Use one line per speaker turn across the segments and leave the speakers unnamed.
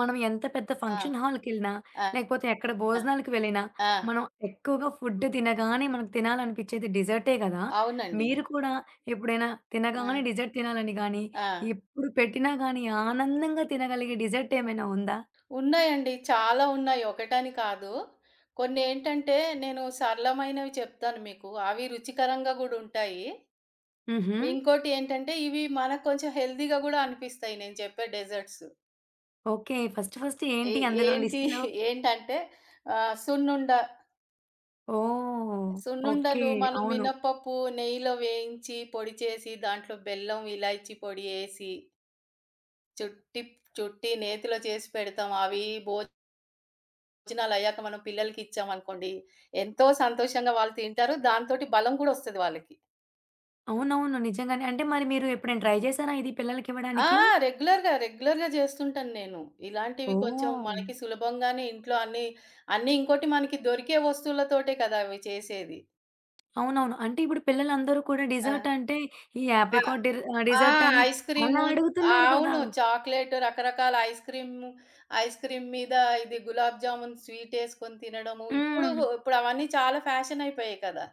మనం ఎంత పెద్ద
ఆ!
ఫంక్షన్ హాల్‌కెళ్ళినా,
ఆ!
లేకపోతే ఎక్కడ
ఆ!
భోజనాలకు వెళ్ళినా,
ఆ!
మనం ఎక్కువగా ఫుడ్ తినగానే మనకు తినాలనిపిచ్చేది డిజర్టే గదా!
అవునండి.
మీరు కూడా ఎప్పుడైనా
ఆ!
తినగానే డిజర్ట్ తినాలని గానీ,
ఆ!
ఎప్పుడు పెట్టినా గానీ ఆనందంగా తినగలిగే డిజర్ట్ ఏమైనా ఉందా?
ఉన్నాయండి. చాలా ఉన్నాయి. ఒకటని కాదు. కొన్నేంటంటే నేను సరళమైనవి చెప్తాను మీకు. అవి రుచికరంగా గూడా ఉంటాయి.
హుహు.
ఇంకోటి ఏంటంటే ఇవి మనకు కొంచెం హెల్తీ‌గా గూడా అనిపిస్తాయి నేను చెప్పే డెజర్ట్స్.
ఓకే. ఫస్ట్ ఫస్ట్
ఏ
ఏంటి అందులో
ఏంటి
లిస్ట్‌లో?
ఏంటంటే సున్నుండ.
ఓహ్! ఓకే.
సున్నుండలు మనం
అవును.
మినపప్పు నెయ్యిలో వేయించి పొడి చేసి దాంట్లో బెల్లం, ఇలాచీ పొడి ఏసి చుట్టి చుట్టి నేతిలో చేసి పెడతాం. అవి భోజనాలయ్యాక మనం పిల్లలకి ఇచ్చామనుకోండి, ఎంతో సంతోషంగా వాళ్ళు తింటారు. దాంతోటి బలం గూడా ఒస్తది వాళ్ళకి.
అవునవును. నిజంగానే. అంటే మరి మీరు ఎప్పుడైనా ట్రై చేశారా ఇది
ఆ!
పిల్లలకివ్వడానికి?
రెగ్యులర్‌గా జేస్తుంటాను నేను. ఇలాంటివి కొంచెం
ఓహ్!
మనకి సులభంగానే ఇంట్లో అన్నీ అన్నీ ఇంకోటి మనకి దొరికే వస్తువులతోటే కదా అవి చేసేది.
అవునవును. అంటే ఇప్పుడు పిల్లలందరూ కూడా
ఆ!
డెజర్ట్ అంటే ఈ
ఆ!
ఆప్రికాట్
ఆ!
డెజర్ట్ అని
ఐస్
అలా
క్రీము.
అడుగుతున్నారు కదా!
అవును. చాక్లేట్ రకరకాల ఐస్ క్రీము, ఐస్ క్రీమ్ మీద ఇది గులాబ్ జామున్ స్వీటేసుకొని తినడము. ఇప్పుడు
హ్మ్.
ఇప్పుడు అవన్నీ చాలా ఫ్యాషన్ అయిపోయాయి కదా!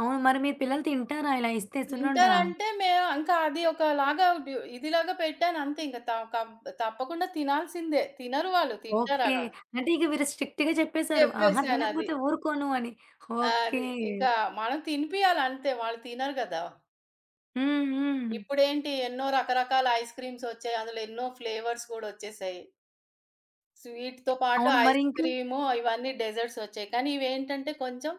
అవును. మరి మీ పిల్లలు తింటారా ఇలా ఇస్తే సున్నుండా?
తింటారంటే మే ఇంకా అది ఒకలాగా ఇదిలాగా పెట్టానంతే ఇంక త కం తప్పకుండా తినాల్సిందే. తినరు వాళ్ళు. తింటారా?
ఓకే. అంటే ఇక మీరు స్ట్రిక్ట్‌గా చెప్పేసారు. ఆహా!
చెప్పేసానది. అది.
తినకపోతే ఊరుకోను అని. ఓకే.
అది ఇంకా మనం తినిపియాలంతే. వాళ్ళు తినరు గదా!
హ్మ్. హ్మ్.
ఇప్పుడేంటి ఎన్నో రకరకాల ఐస్ క్రీమ్స్ ఒచ్చాయి. అందులో ఎన్నో ఫ్లేవర్స్ గూడా ఒచ్చేసాయి. స్వీట్‌తో పాటు
అవును.
ఐస్
మరి ఇంకా
క్రీము ఇవన్నీ డెజర్ట్స్ ఒచ్చాయి. కానీ ఇవేంటంటే కొంచెం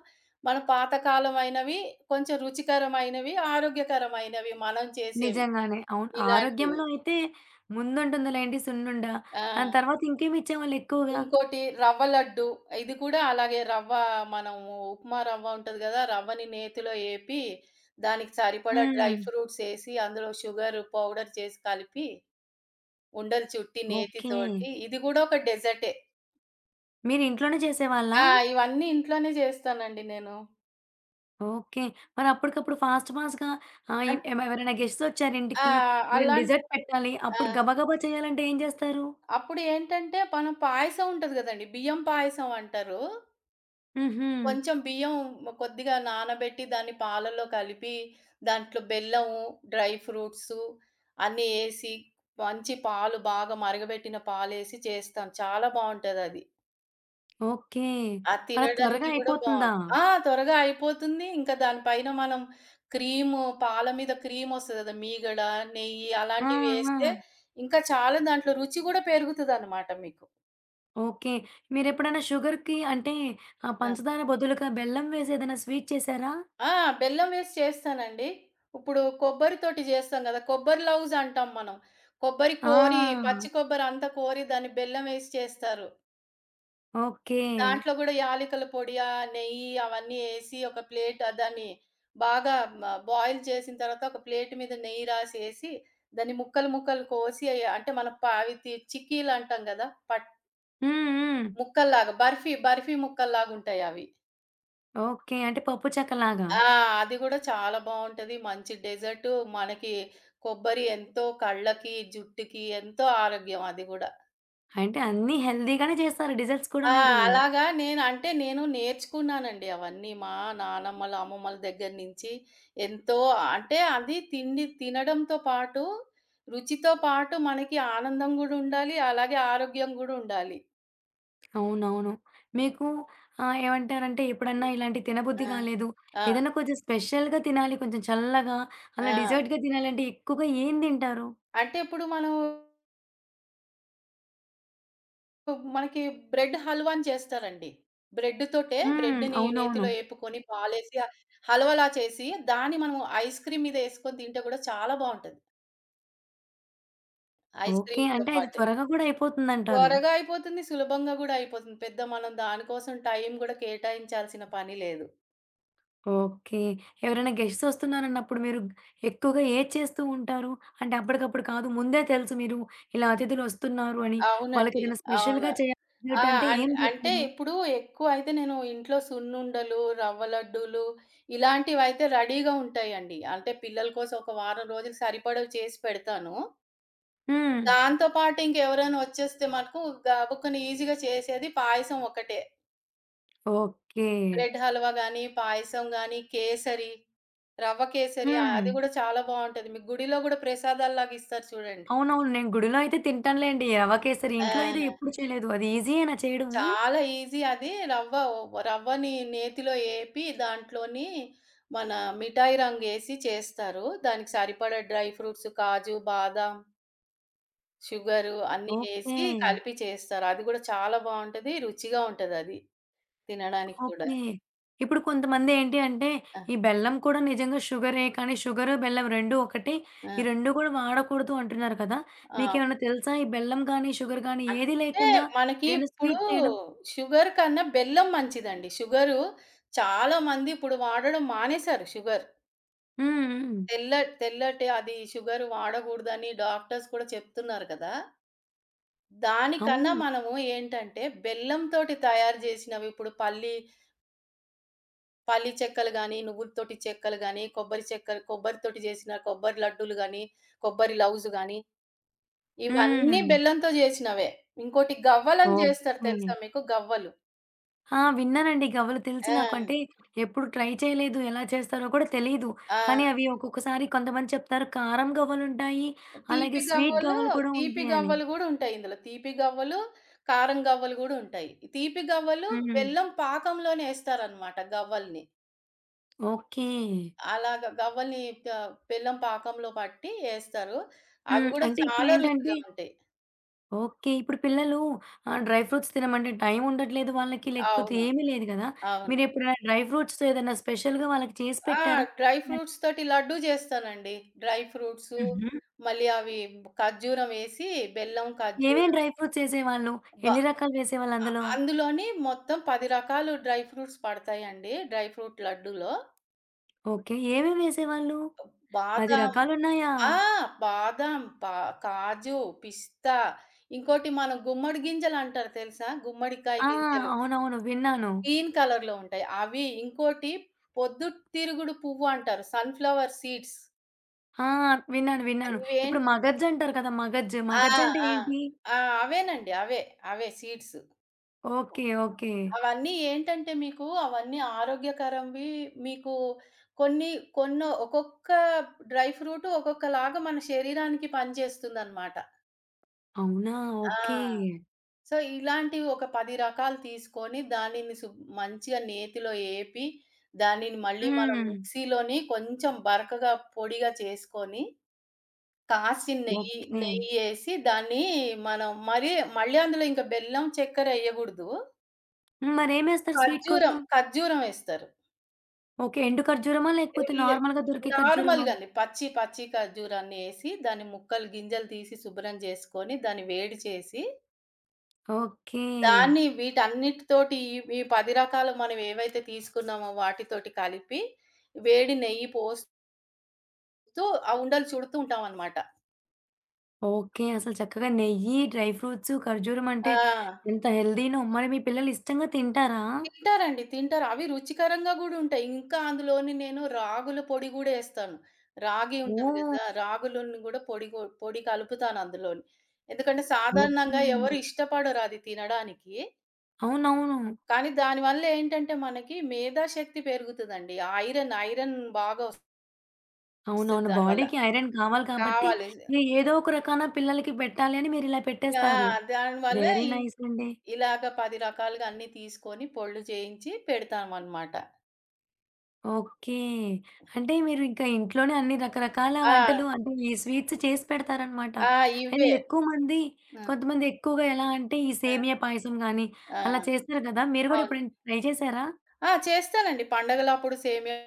మన పాతకాలమైనవి, కొంచెం రుచికరమైనవి, ఆరోగ్యకరమైనవి మనం చేసేవి
నిజంగానే. అవును.
ఇలాంటివి.
ఆరోగ్యంలో అయితే ముందుంటుందిలేండి సున్నుండ.
ఆ!
దాని తర్వాత ఇంకేమి ఇచ్చేవాళ్ళు ఎక్కువగా?
ఇంకోటి రవ్వ లడ్డు. ఇది కూడా అలాగే రవ్వ మనము ఉప్మా రవ్వ ఉంటది గదా! రవ్వని నేతిలో ఏపి, దానికి సరిపడా
హ్మ్.
డ్రై ఫ్రూట్స్ ఏసి, అందులో షుగరు పౌడర్ చేసి కలిపి, ఉండలు చుట్టి
ఓకే.
నేతితోటి ఇది గూడా ఒక డెజర్టే.
మీరు ఇంట్లోనే చేసేవాళ్ళా?
ఆ! ఇవన్నీ ఇంట్లోనే జేస్తానండి నేను.
ఓకే. మరి అప్పటికప్పుడు ఫాస్ట్‌గా ఆహ్, ఎ
అన్
ఎవరైనా గెస్ట్స్ వచ్చారు
ఆ!
ఇంటికి, ఏదైనా
అలాన్
డిజర్ట్ పెట్టాలి.
ఆ!
అప్పుడు గబగబా చేయాలంటే ఏం చేస్తారు?
అప్పుడు ఏంటంటే, మనం పాయసం ఉంటది గదండీ! బియ్యం పాయసం అంటారు.
హుహు.
కొంచెం బియ్యం కొద్దిగా నానబెట్టి దాన్ని పాలలో కలిపి, దాంట్లో బెల్లము, డ్రై ఫ్రూట్సు అన్నీ ఏసి, మంచి పాలు బాగా మరగబెట్టిన పాలేసి చేస్తాం. చాలా బావుంటదది.
ఓకే.
అది అది
అలా త్వరగా
తినడానికి గూడా
అయిపోతుందా?
బావుంటది. ఆ! త్వరగా అయిపోతుంది. ఇంకా దాని పైన మనం క్రీము, పాల మీద క్రీమొస్తది కదా! మీగడ, నెయ్యి
ఆ! ఆ!
అలాంటివేస్తే ఇంకా చాలా దాంట్లో రుచి గూడా పెరుగుతదనమాట మీకు.
ఓకే. మీరెప్పుడైనా షుగర్‌కి అంటే
ఆ!
పంచదార బదులుగా బెల్లం వేసి ఏదైనా స్వీట్ చేశారా?
ఆ! బెల్లం వేసి చేస్తానండి. ఇప్పుడు కొబ్బరితోటి జేస్తాం గదా! కొబ్బరి లౌజ్ అంటాం మనం. కొబ్బరి కోరి,
ఆ!
పచ్చి కొబ్బరి అంతా కోరి దాన్ని బెల్లం వేసి చేస్తారు.
ఓకే.
దాంట్లో గూడా యాలకుల పొడి, నెయ్యి అవన్నీ ఏసి ఒక ప్లేట్ దాన్ని బాగా మ బాయిల్ చేసిన తర్వాత ఒక ప్లేట్ మీద నెయ్యి రాసేసి, దాన్ని ముక్కలు ముక్కలు కోసి అయి అంటే మనం ప అవి తి చిక్కీలంటాం గదా!
హ్మ్. హ్మ్.
ముక్కల్లాగా బర్ఫీ ముక్కల్లాగుంటాయవి.
ఓకే. అంటే పప్పు చెక్కలాగా.
ఆ! అది గూడా చాలా బావుంటది. మంచి డెజర్టు మనకి కొబ్బరి ఎంతో కళ్ళకి, జుట్టుకి ఎంతో ఆరోగ్యం అది గూడా.
అంటే అన్నీ హెల్తీగానే చేస్తారు డిజర్ట్స్ కూడా
ఆ!
మీరు.
అలాగా నేను నేర్చుకున్నానండి అవన్నీ. మా నానమ్మల, అమ్మమ్మల దగ్గర నుంచి ఎంతో అంటే అది తిండి తినడంతో పాటు, రుచితో పాటు మనకి ఆనందం గూడా ఉండాలి. అలాగే ఆరోగ్యం గూడా ఉండాలి.
అవునవును. మీకు ఏమంటారంటే ఎప్పుడన్నా ఇలాంటివి తినబుద్ధి
ఆ!
కాలేదు,
ఆ!
ఏదైనా కొంచెం స్పెషల్‌గా తినాలి, కొంచెం చల్లగా, అలా
ఆ!
డెజర్ట్‌గా తినాలంటే ఎక్కువగా ఏం తింటారు?
అంటే ఇప్పుడు మనం మనకి బ్రెడ్ హల్వాని చేస్తారండి.
హ్మ్.
బ్రెడ్‌ని
అవునవును.
నేతిలో ఏపుకొని, పాలేసి హల్వాలా చేసి దాన్ని మనం ఐస్ క్రీమ్ మీద ఏసుకొని తింటే కూడా చాలా బావుంటది. Ice
okay.
క్రీమ్‌తో
అంటే అది
పాటే.
త్వరగా కూడా అయిపోతుందంటారు.
త్వరగా అయిపోతుంది. సులభంగా గూడా అయిపోతుంది. పెద్ద మనం దానికోసం టైం గూడా కేటాయించాల్సిన పని లేదు.
ఓకే. ఎవరైనా గెస్ట్స్ వస్తున్నారన్నప్పుడు మీరు ఎక్కువగా ఏది చేస్తూ ఉంటారు? అంటే అప్పటికప్పుడు కాదు, ముందే తెలుసు మీరు ఇలా అతిథులు వస్తున్నారు అని, వాళ్ళకి
అవునండి.
ఏదైనా
అవును.
స్పెషల్‌గా చేయాలి
ఆ!
డెజర్ట్ అంటే
అం
ఏం
అంటే
చేస్తారు?
ఇప్పుడు ఎక్కువైతే నేను ఇంట్లో సున్నుండలు, రవ్వ లడ్డూలు ఇలాంటివైతే రెడీగా ఉంటాయండి. అంటే పిల్లల కోసం ఒక వారం రోజులు సరిపడవి చేసి పెడతాను.
హ్మ్.
దాంతో పాటు ఇంకెవరైనా వచ్చేస్తే మటుకు గబుక్కన ఈజీగా చేసేది పాయసం ఒకటే.
ఓకే.
బ్రెడ్ హల్వా గానీ, పాయసం గానీ, కేసరి, రవ్వ కేసరి
హ్మ్.
అది గూడా చాలా బావుంటది. మీకు గుడిలో గూడా ప్రసాదాల్లాగా ఇస్తారు చూడండి.
అవునవును. నేను గుడిలో అయితే తింటానులేండి రవ కేసరి. ఇంట్లో
ఆ!
అయితే ఎప్పుడు చేయలేదు. అది ఈజీయేనా చేయడము?
చాలా ఈజీ అది. రవ్వని నేతిలో ఏపి దాంట్లోని మన మిఠాయి రంగేసి చేస్తారు. దానికి సరిపడా డ్రై ఫ్రూట్స్, కాజు, బాదాం, షుగరు అన్నీ
ఓకే.
ఏసి కలిపి చేస్తారు. అది గూడా చాలా బావుంటది. రుచిగా ఉంటదది. తినడానికి కూడా.
ఓకే. ఇప్పుడు కొంతమంది ఏంటి అంటే,
ఆ!
ఈ బెల్లం కూడా నిజంగా షుగరే. కానీ షుగరు, బెల్లం 2 ఒకటే.
ఆ!
ఈ 2 కూడా వాడకూడదు అంటున్నారు కదా!
ఆ!
మీకేమైనా తెలుసా? ఈ బెల్లం గానీ, షుగర్ గానీ ఏది
అంటే
లేకుండా
మనకి
ఏదైనా
ఇప్పుడు
స్వీట్ చేయడం?
షుగర్ కన్నా బెల్లం మంచిదండి. షుగరు చాలా మంది ఇప్పుడు వాడడం మానేశారు షుగర్.
హ్మ్. హ్మ్.
తెల్ల తెల్లటి అది షుగర్ వాడకూడదని డాక్టర్స్ కూడా చెప్తున్నారు కదా! దానికన్నా
అవునా?
మనము ఏంటంటే బెల్లంతోటి తయారు చేసినవి ఇప్పుడు పల్లి పల్లి చెక్కలు గాని, నువ్వులతోటి చెక్కలు గాని, కొబ్బరి చెక్కలు కొబ్బరితోటి చేసిన కొబ్బరి లడ్డూలు గాని, కొబ్బరి లవుజు గాని ఇవన్నీ
హ్మ్.
బెల్లంతో జేసినవే. ఇంకోటి గవ్వలని జేస్తారు
ఓకే.
తెలుసా మీకు? గవ్వలు.
ఆ! విన్నానండి. గవ్వలు తెలుసు నాకు.
ఆ!
అంటే ఎప్పుడు ట్రై చేయలేదు. ఎలా చేస్తారో కూడా తెలీదు.
ఆ!
కానీ అవి ఒక్కొక్కసారి కొంతమంది చెప్తారు కారం గవ్వలుంటాయి.
తీపి
అలాగే స్వీట్
గవ్వలు,
గవ్వలు కూడా
తీపి
ఉంటాయని.
గవ్వలు గూడా ఉంటాయి ఇందులో. తీపి గవ్వలు, కారం గవ్వలు గూడా ఉంటాయి. తీపి గవ్వలు
హ్మ్.
బెల్లం పాకంలోనే యేస్తారనమాట గవ్వల్ని.
ఓకే.
అలాగా గవ్వల్ని క బెల్లం పాకంలో పట్టి యేస్తారు. అవి
హ్మ్.
గూడా
అంటే
చాలా రుచిగా
ఇప్పుడేంటంటే
ఉంటాయి.
ఓకే. ఇప్పుడు పిల్లలు డ్రై ఫ్రూట్స్ తినమంటే టైం ఉండట్లేదు వాళ్ళకి. లేకపోతే
అవును.
ఏమీ లేదు గదా!
అవును.
మీరెప్పుడైనా డ్రై ఫ్రూట్స్ ఏదైనా స్పెషల్‌గా వాళ్ళకి చేసి
ఆ!
పెట్టారా?
డ్రై ఫ్రూట్స్ తోటి లడ్డూ చేస్తానండి. డ్రై ఫ్రూట్సు,
హుహు.
మళ్ళీ అవి ఖర్జూరం ఏసి, బెల్లం,
ఏమేం
ఖర్జూరం
డ్రై ఫ్రూట్స్ ఏసేవాళ్ళు?
బ
ఎన్ని రకాలు వేసేవాళ్ళు
అ
అందులో?
అందులోని మొత్తం 10 రకాలు డ్రై ఫ్రూట్స్ పడతాయండి. డ్రై ఫ్రూట్ లడ్డూలో.
ఓకే. ఏమేమి వేసేవాళ్ళు? 10
బాదాం.
రకాలున్నాయా?
ఆ! బాదాం, పా కాజు, పిస్తా, ఇంకోటి మనం గుమ్మడి గింజలంటారు తెలుసా? గుమ్మడికాయ
ఆ!
గింజలు.
అవునవును. విన్నాను.
గ్రీన్ కలర్‌లో ఉంటాయి. అవి, ఇంకోటి పొద్దుతిరుగుడు పువ్వు అంటారు. Sunflower seeds.
ఆ! విన్నాను. విన్నాను.
అవేం
ఇప్పుడు మగజ్ అంటారు కదా! మగజ్.
ఆ!
మగజ్ అంటే
ఆ!
ఏంటి?
ఆ! అవేనండి. అవే. అవే సీడ్స్.
ఓకే. ఓకే.
అవన్నీ ఏంటంటే మీకు అవన్నీ ఆరోగ్యకరంవి మీకు కొన్ని ఒక్కొక్క డ్రై ఫ్రూట్ ఒక్కొక్కలాగా మన శరీరానికి పనిచేస్తుందనమాట.
అవునా?
ఆ!
ఓకే.
సో, ఇలాంటివి ఒక 10 రకాలు తీసుకొని దానిని మంచిగా నేతిలో ఏపి, దానిని మళ్ళీ మనం
హ్మ్.
మిక్సీలోని కొంచెం బరకగా పొడిగా చేసుకొని కాసిన నెయ్యి,
ఓకే.
నెయ్యేసి దాన్ని మనం మరి మళ్ళీ అందులో ఇంక బెల్లం, చక్కెర ఎయగూడదు.
హ్మ్. మరేమేస్తారు స్వీట్
ఖర్జూరం,
కోసం?
ఖర్జూరం ఏస్తారు.
ఓకే. ఎండు ఖర్జూరమా?
ఎ
లేకపోతే
లే
నార్మల్‌గా దొరికే ఖర్జూరమా?
నార్మల్‌గానే పచ్చి, పచ్చి ఖర్జూరాన్ని ఏసి దాన్ని ముక్కలు గింజలు తీసి శుభ్రం చేసుకొని, దాన్ని వేడి చేసి,
ఓకే.
దాన్ని వీటన్నిటితోటి ఈ ఈ 10 రకాలు మనం ఏవైతే తీసుకున్నామో వాటితోటి కలిపి, వేడి నెయ్యి పోస్తూ ఆ ఉండలు చుడుతూ ఉంటామనమాట.
ఓకే. అసలు చక్కగా నెయ్యి, డ్రై ఫ్రూట్స్, ఖర్జూరం అంటే
ఆ!
ఎంత హెల్తీనో. మరి మీ పిల్లలు ఇష్టంగా తింటారా?
తింటారండి. తింటారు. అవి రుచికరంగా గూడా ఉంటాయి. ఇంకా అందులోని నేను రాగుల పొడి గూడా ఏస్తాను. రాగి ఉంటది
ఓహ్!
గదా! రాగులుని గూడా పొడి కలుపుతాను అందులోని. ఎందుకంటే
ఓకే.
సాధారణంగా ఎవరు ఇష్టపడరు అది తినడానికి.
అవునవును.
కానీ దానివల్ల ఏంటంటే మనకి మేధాశక్తి పెరుగుతదండి. ఐరన్ బాగా ఒస్తది
అవునవును.
దానివల్ల.
బాడీకి ఐరన్ కావాలి కాబట్టి,
కావాలి.
ఇగ ఏదో ఒక రకాన పిల్లలకి పెట్టాలి అని మీరిలా
ఆ!
పెట్టేస్తారు.
దానివల్ల
వెరీ నైస్ అండి.
ఇలాగ 10 రకాలుగా అన్నీ తీసుకొని పొడులు చేయించి పెడతామనమాట.
ఓకే. అంటే మీరు ఇంకా ఇంట్లోనే అన్ని రకరకాల వంటలు
ఆ!
అంటే ఈ స్వీట్స్ చేసి పెడతారనమాట.
ఆ!
అయితే
ఇవ్వే.
ఎక్కువ మంది
ఆ!
కొంతమంది ఎక్కువగా ఎలా అంటే ఈ
ఆ!
సేమియా పాయసం గానీ, అలా
ఆ!
చేస్తారు కదా! మీరు గూడా
అవును.
ఎప్పుడైనా ట్రై చేశారా?
ఆ! చేస్తానండి. పండగలప్పుడు సేమియా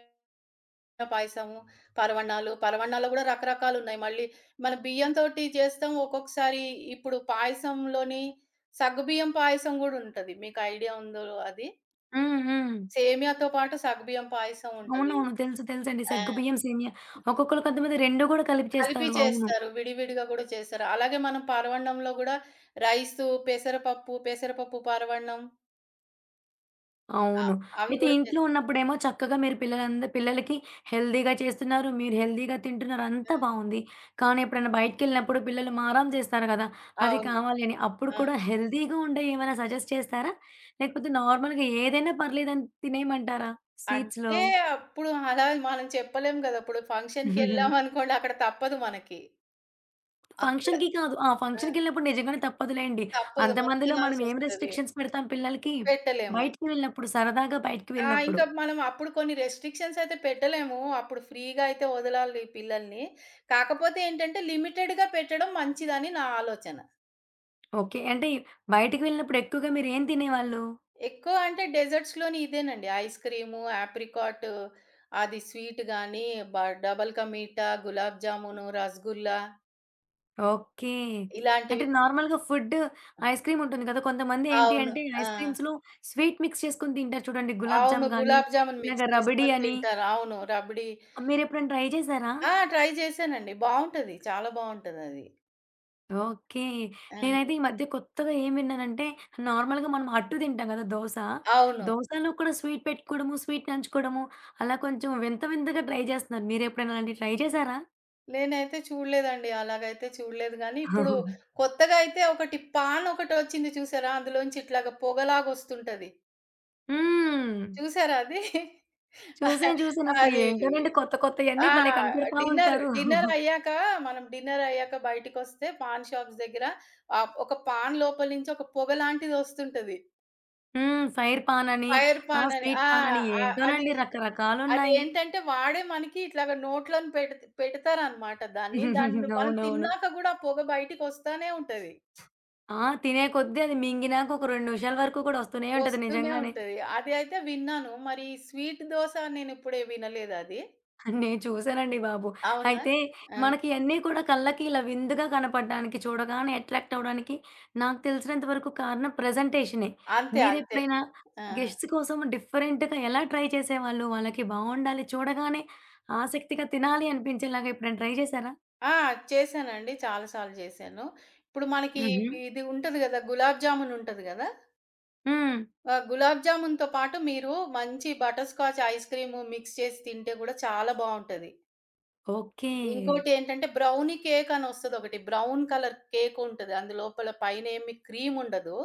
పాయసము, పరవన్నాలు. పరవన్నాల్లో గూడా రకరకాలున్నాయి. మళ్ళీ మన బియ్యంతోటి చేస్తాం. ఒక్కొక్కసారి ఇప్పుడు పాయసంలోని సగ్గుబియ్యం పాయసం గూడా ఉంటది. మీకు ఐడియా ఉందో అది?
హ్మ్. హ్మ్.
సేమియాతో పాటు సగ్గుబియ్యం పాయసం ఉంటది.
అవునవును. తెలుసు తెలుసండి.
ఆ!
సగ్గుబియ్యం సేమియా. ఒక్కొక్కళ్ళు కొంతమంది 2 గూడా కలిపి
కలిపి
చేస్తారు. అవును.
చేస్తారు. విడివిడిగా గూడా చేస్తారు. అలాగే మనం పరవన్నంలో గూడా రైసు, పెసరపప్పు, పెసరపప్పు పరవన్నం. అ
అవును.
అవి
అయితే
గూడా
ఇంట్లో
చేస్తారు.
ఉన్నప్పుడేమో చక్కగా మీరు పిల్లలకి హెల్తీగా చేస్తున్నారు. మీరు హెల్తీగా తింటున్నారు. అంతా బావుంది. కానీ ఎప్పుడైనా బయటికెళ్ళినప్పుడు పిల్లలు మారాం చేస్తారు గదా! అది
అవును.
కావాలి అని. అప్పుడు
ఆ!
కూడా హెల్తీగా ఉండేవి ఏమైనా సజెస్ట్ చేస్తారా? లేకపోతే నార్మల్‌గా ఏదైనా పర్లేదని తినేయమంటారా స్వీట్స్‌లో?
అంటే అప్పుడు అలా మనం చెప్పలేం గదా! ఇప్పుడు ఫంక్షన్‌కెళ్ళామనుకోండి అక్కడ తప్పదు మనకి. అక్కడ
ఫంక్షన్‌కి కాదు. ఆ!
ఆ!
ఫంక్షన్‌కెళ్ళినప్పుడు నిజంగానే తప్పదులేండి.
తప్పదు మనం
అంతమందిలో మనం ఏం
తినాల్సొస్తది.
రెస్ట్రిక్షన్స్ పెడతాం పిల్లలకి?
పెట్టలేము.
బయటికి వెళ్ళినప్పుడు సరదాగా బయటికి
ఆ!
వెళ్ళినప్పుడు.
ఇంకా మనం అప్పుడు కొన్ని రెస్ట్రిక్షన్స్ అయితే పెట్టలేము. అప్పుడు ఫ్రీగా అయితే వదలాలి ఈ పిల్లల్ని. కాకపోతే ఏంటంటే లిమిటెడ్‌గా పెట్టడం మంచిదని నా ఆలోచన.
ఓకే. అంటే బయటికి వెళ్ళినప్పుడు ఎక్కువగా మీరేం తినేవాళ్ళు?
ఎక్కువ అంటే డెజర్ట్స్‌లోని ఇదేనండి. ఐస్ క్రీము, ఆప్రికాట్ అది స్వీట్ గానీ, బ డబుల్ కా మీఠా, గులాబ్ జామును, రసగుల్లా
ఓకే.
ఇలాంటివి.
అంటే నార్మల్‌గా ఫుడ్ ఐస్ క్రీమ్ ఉంటుంది కదా! కొంతమంది ఏంటి
అవును.
అంటే
ఆ!
ఐస్ క్రీమ్స్‌లో స్వీట్ మిక్స్ చేసుకొని తింటారు చూడండి. గులాబ్
అవును.
జామ్ గాని,
గులాబ్ జామున్
ఇలాగ
మిక్స్
రబడీ
చేసుకొని
అని.
తింటారు. అవును. రబడీ.
మీరెప్పుడైనా ట్రై చేసారా?
ఆ! ట్రై చేశానండి. బావుంటది. చాలా బావుంటదది.
ఓకే.
ఆ!
నేనైతే ఈ మధ్య కొత్తగా ఏం విన్నానంటే నార్మల్‌గా మనం అట్టు తింటాం కదా! దోస.
అవును.
దోసలో కూడా స్వీట్ పెట్టుకోవడము, స్వీట్ నంచుకోవడము అలా కొంచెం వింత వింతగా ట్రై చేస్తున్నారు. మీరెప్పుడైనా అలాంటివి ట్రై చేసారా?
నేనైతే చూడలేదండి. అలాగైతే చూడలేదు గానీ, ఇప్పుడు కొత్తగా అయితే ఒకటి పాన్ ఒకటొచ్చింది చూసారా? అందులోంచి ఇట్లాగా పొగలాగొస్తుంటది.
హ్మ్.
చూసారా అది?
చూసాను. చూసాను. అసలు
అది
ఏంటోనండి కొత్త కొత్తయన్నీ
ఆ!
భలే కనిపెడతా
డిన్నర్,
ఉంటారు.
డిన్నర్ అయ్యాక మనం డిన్నర్ అయ్యాక బయటికొస్తే పాన్ షాప్స్ దగ్గర ఒక పాన్ లోపల నుంచి ఒక పొగ లాంటిదొస్తుంటది.
హ్మ్. ఫైర్ పాన్ అని,
ఫైర్
ఆ!
పాన్ అని.
స్వీట్
ఆ!
పాన్ అని
అది
ఏంటోనండి రకరకాలున్నాయి.
అదేంటంటే వాడే మనకి ఇట్లాగా నోట్లోని పెడతారనమాట దాన్ని. దాన్ని మనం
అవునవును.
తిన్నాక గూడా ఆ పొగ బయటికొస్తానే ఉంటది.
ఆ! తినే కొద్దీ అది మింగినాక ఒక 2 నిమిషాల వరకు కూడా వస్తూనే ఉంటది
వస్తూనే
నిజంగానే.
ఉంటది. అది అయితే విన్నాను. మరి స్వీట్ దోస నేనిప్పుడే వినలేదది.
నేను చూసానండి బాబు.
అవునా?
అయితే
ఆ!
మనకి ఇయన్నీ కూడా కళ్ళకి ఇలా విందుగా కనపడడానికి చూడగానే అట్రాక్ట్ అవ్వడానికి నాకు తెలిసినంత వరకు కారణం ప్రజెంటేషనే.
అంతే. అంతే.
మీరెప్పుడైనా
ఆ!
గెస్ట్స్ కోసం డిఫరెంట్‌గా ఎలా ట్రై చేసేవాళ్ళు? వాళ్ళకి బావుండాలి చూడగానే ఆసక్తిగా తినాలి అనిపించేలాగా ఎప్పుడైనా ట్రై చేశారా?
ఆ! చేశానండి. చాలా సార్లు చేశాను. ఇప్పుడు మనకి
హుహు.
ఇది ఉంటది గదా! గులాబ్ జామున్ ఉంటది గదా!
హ్మ్.
ఆ! గులాబ్ జామున్‌తో పాటు మీరు మంచి butter scotch ice cream mix చేసి తింటే గూడా చాలా బావుంటది.
ఓకే.
ఇంకోటేంటంటే బ్రౌనీ కేక్ అనొస్తదొకటి. బ్రౌన్ కలర్ కేక్ ఉంటది. అందులోపల పైనేమి క్రీమ్ ఉండదు.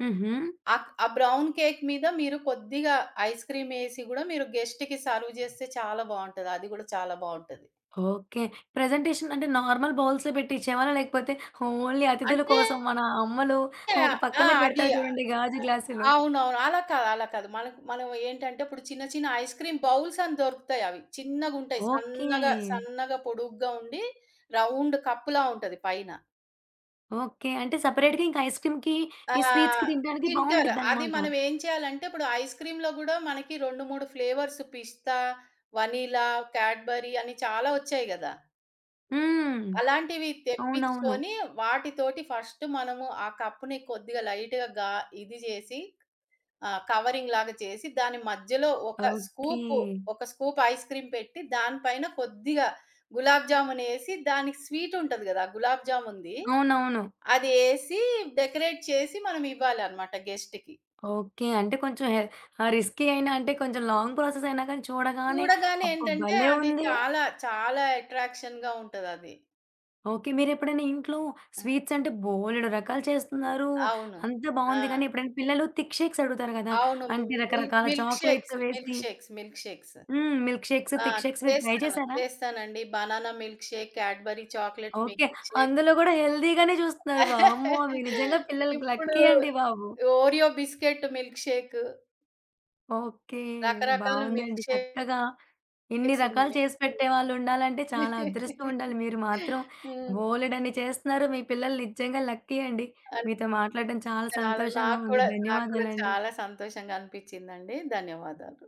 హుహు.
ఆ బ్రౌన్ కేక్ మీద మీరు కొద్దిగా ఐస్ క్రీమ్ ఏసి గూడా మీరు గెస్ట్‌కి సర్వ్ జేస్తే చాలా బావుంటది. అది గూడా చాలా బావుంటది.
ఓకే. ప్రజెంటేషన్ అంటే నార్మల్ బౌల్స్‌లో పెట్టి ఇచ్చేవాళ్ళా? లేకపోతే ఓన్లీ అతిథుల
అంటే
కోసం మన అమ్మలు ఒక
ఆ!
పక్కనే
అది
పెడతారు చూడండి గాజు గ్లాసులు.
అవునవును. అలా కాదు, అలా కాదు. మనకు మనం ఏంటంటే ఇప్పుడు చిన్న చిన్న ఐస్ క్రీమ్ బౌల్స్ అని దొరుకుతాయి అవి. చిన్నగుంటాయి.
ఓకే.
సన్నగా, సన్నగా పొడుగ్గా ఉండి రౌండ్ కప్పులా ఉంటది పైన.
ఓకే. అంటే సెపరేట్‌గా ఇంకా ఐస్ క్రీమ్‌కి,
ఆ!
ఈ స్వీట్స్‌కి తినడానికి
తింటారు. అది
బావుండిద్దనమాట.
మనం ఏం చేయాలంటే ఇప్పుడు ఐస్ క్రీమ్‌లో గూడా మనకి 2, 3 ఫ్లేవర్స్ పిస్తా, వనిలా, క్యాడ్బరీ అని చాలా వచ్చాయి గదా!
హ్మ్.
అలాంటివి
అవునవును.
తెప్పించుకొని వాటితోటి ఫస్ట్ మనము ఆ కప్పుని కొద్దిగా లైట్‌గా ఇది జేసి ఆ! కవరింగ్ లాగా చేసి దాని మధ్యలో ఒక
ఓకే.
స్కూపు, ఒక స్కూప్ ఐస్ క్రీమ్ పెట్టి దాని పైన కొద్దిగా గులాబ్ జామునేసి దానికి స్వీట్ ఉంటది గదా! గులాబ్ జాముంది.
అవునవును.
అది ఏసి డెకరేట్ చేసి మనం ఇవ్వాలన్నమాట గెస్ట్‌కి.
ఓకే. అంటే కొంచెం రిస్కీ అయినా అంటే కొంచెం లాంగ్ ప్రాసెస్ అయినా కానీ చూడగానే
చూడగానే
అబ్బా!
ఏంటంటే
భలే
అది
ఉంది.
చాలా, చాలా అట్రాక్షన్‌గా ఉంటదది.
ఓకే. మీరెప్పుడైనా ఇంట్లో
ఆ!
స్వీట్స్ అంటే బోలెడు రకాలు చేస్తున్నారు.
అవును.
అంతా
ఆ!
బావుంది గానీ, ఎప్పుడైనా పిల్లలు థిక్ షేక్స్ అడుగుతారు గదా!
అవును.
అంటే
మిల్క్
రకరకాల
మిల్క్ షేక్స్,
చాక్లేట్స్
మిల్క్
వేసి
షేక్స్, మిల్క్ షేక్స్.
హ్మ్. మిల్క్ షేక్స్,
ఆ!
థిక్ షేక్స్ మీరు ట్రై
చేస్తాను.
చేశారా?
చేస్తానండి. Banana milk shake, Cadbury chocolate
okay.
Milk shake.
అందులో గూడా హెల్తీ గానే చూస్తున్నారు. వామ్మో! మీరు నిజంగా పిల్లలకి
ఇప్పుడు
లక్కీ అండి బాబు.
Oreo biscuit milk shake
okay.
రకరకాల మిల్క్
బావుందండి.
షేక్స్
చక్కగా ఇన్ని రకాలు
ఉన్నాయి.
చేసి పెట్టేవాళ్ళుండాలంటే చాలా అదృష్టం ఉండాలి. మీరు మాత్రం
హ్మ్.
బోలెడన్ని చేస్తున్నారు. మీ పిల్లలు నిజంగా లక్కీ అండి.
అది
మీతో మాట్లాడడం చాలా
చాలా
సంతోషంగా
నాకు
ఉంది.
కూడా
ధన్యవాదాలండి.
చాలా సంతోషంగా అనిపించిందండి. ధన్యవాదాలు.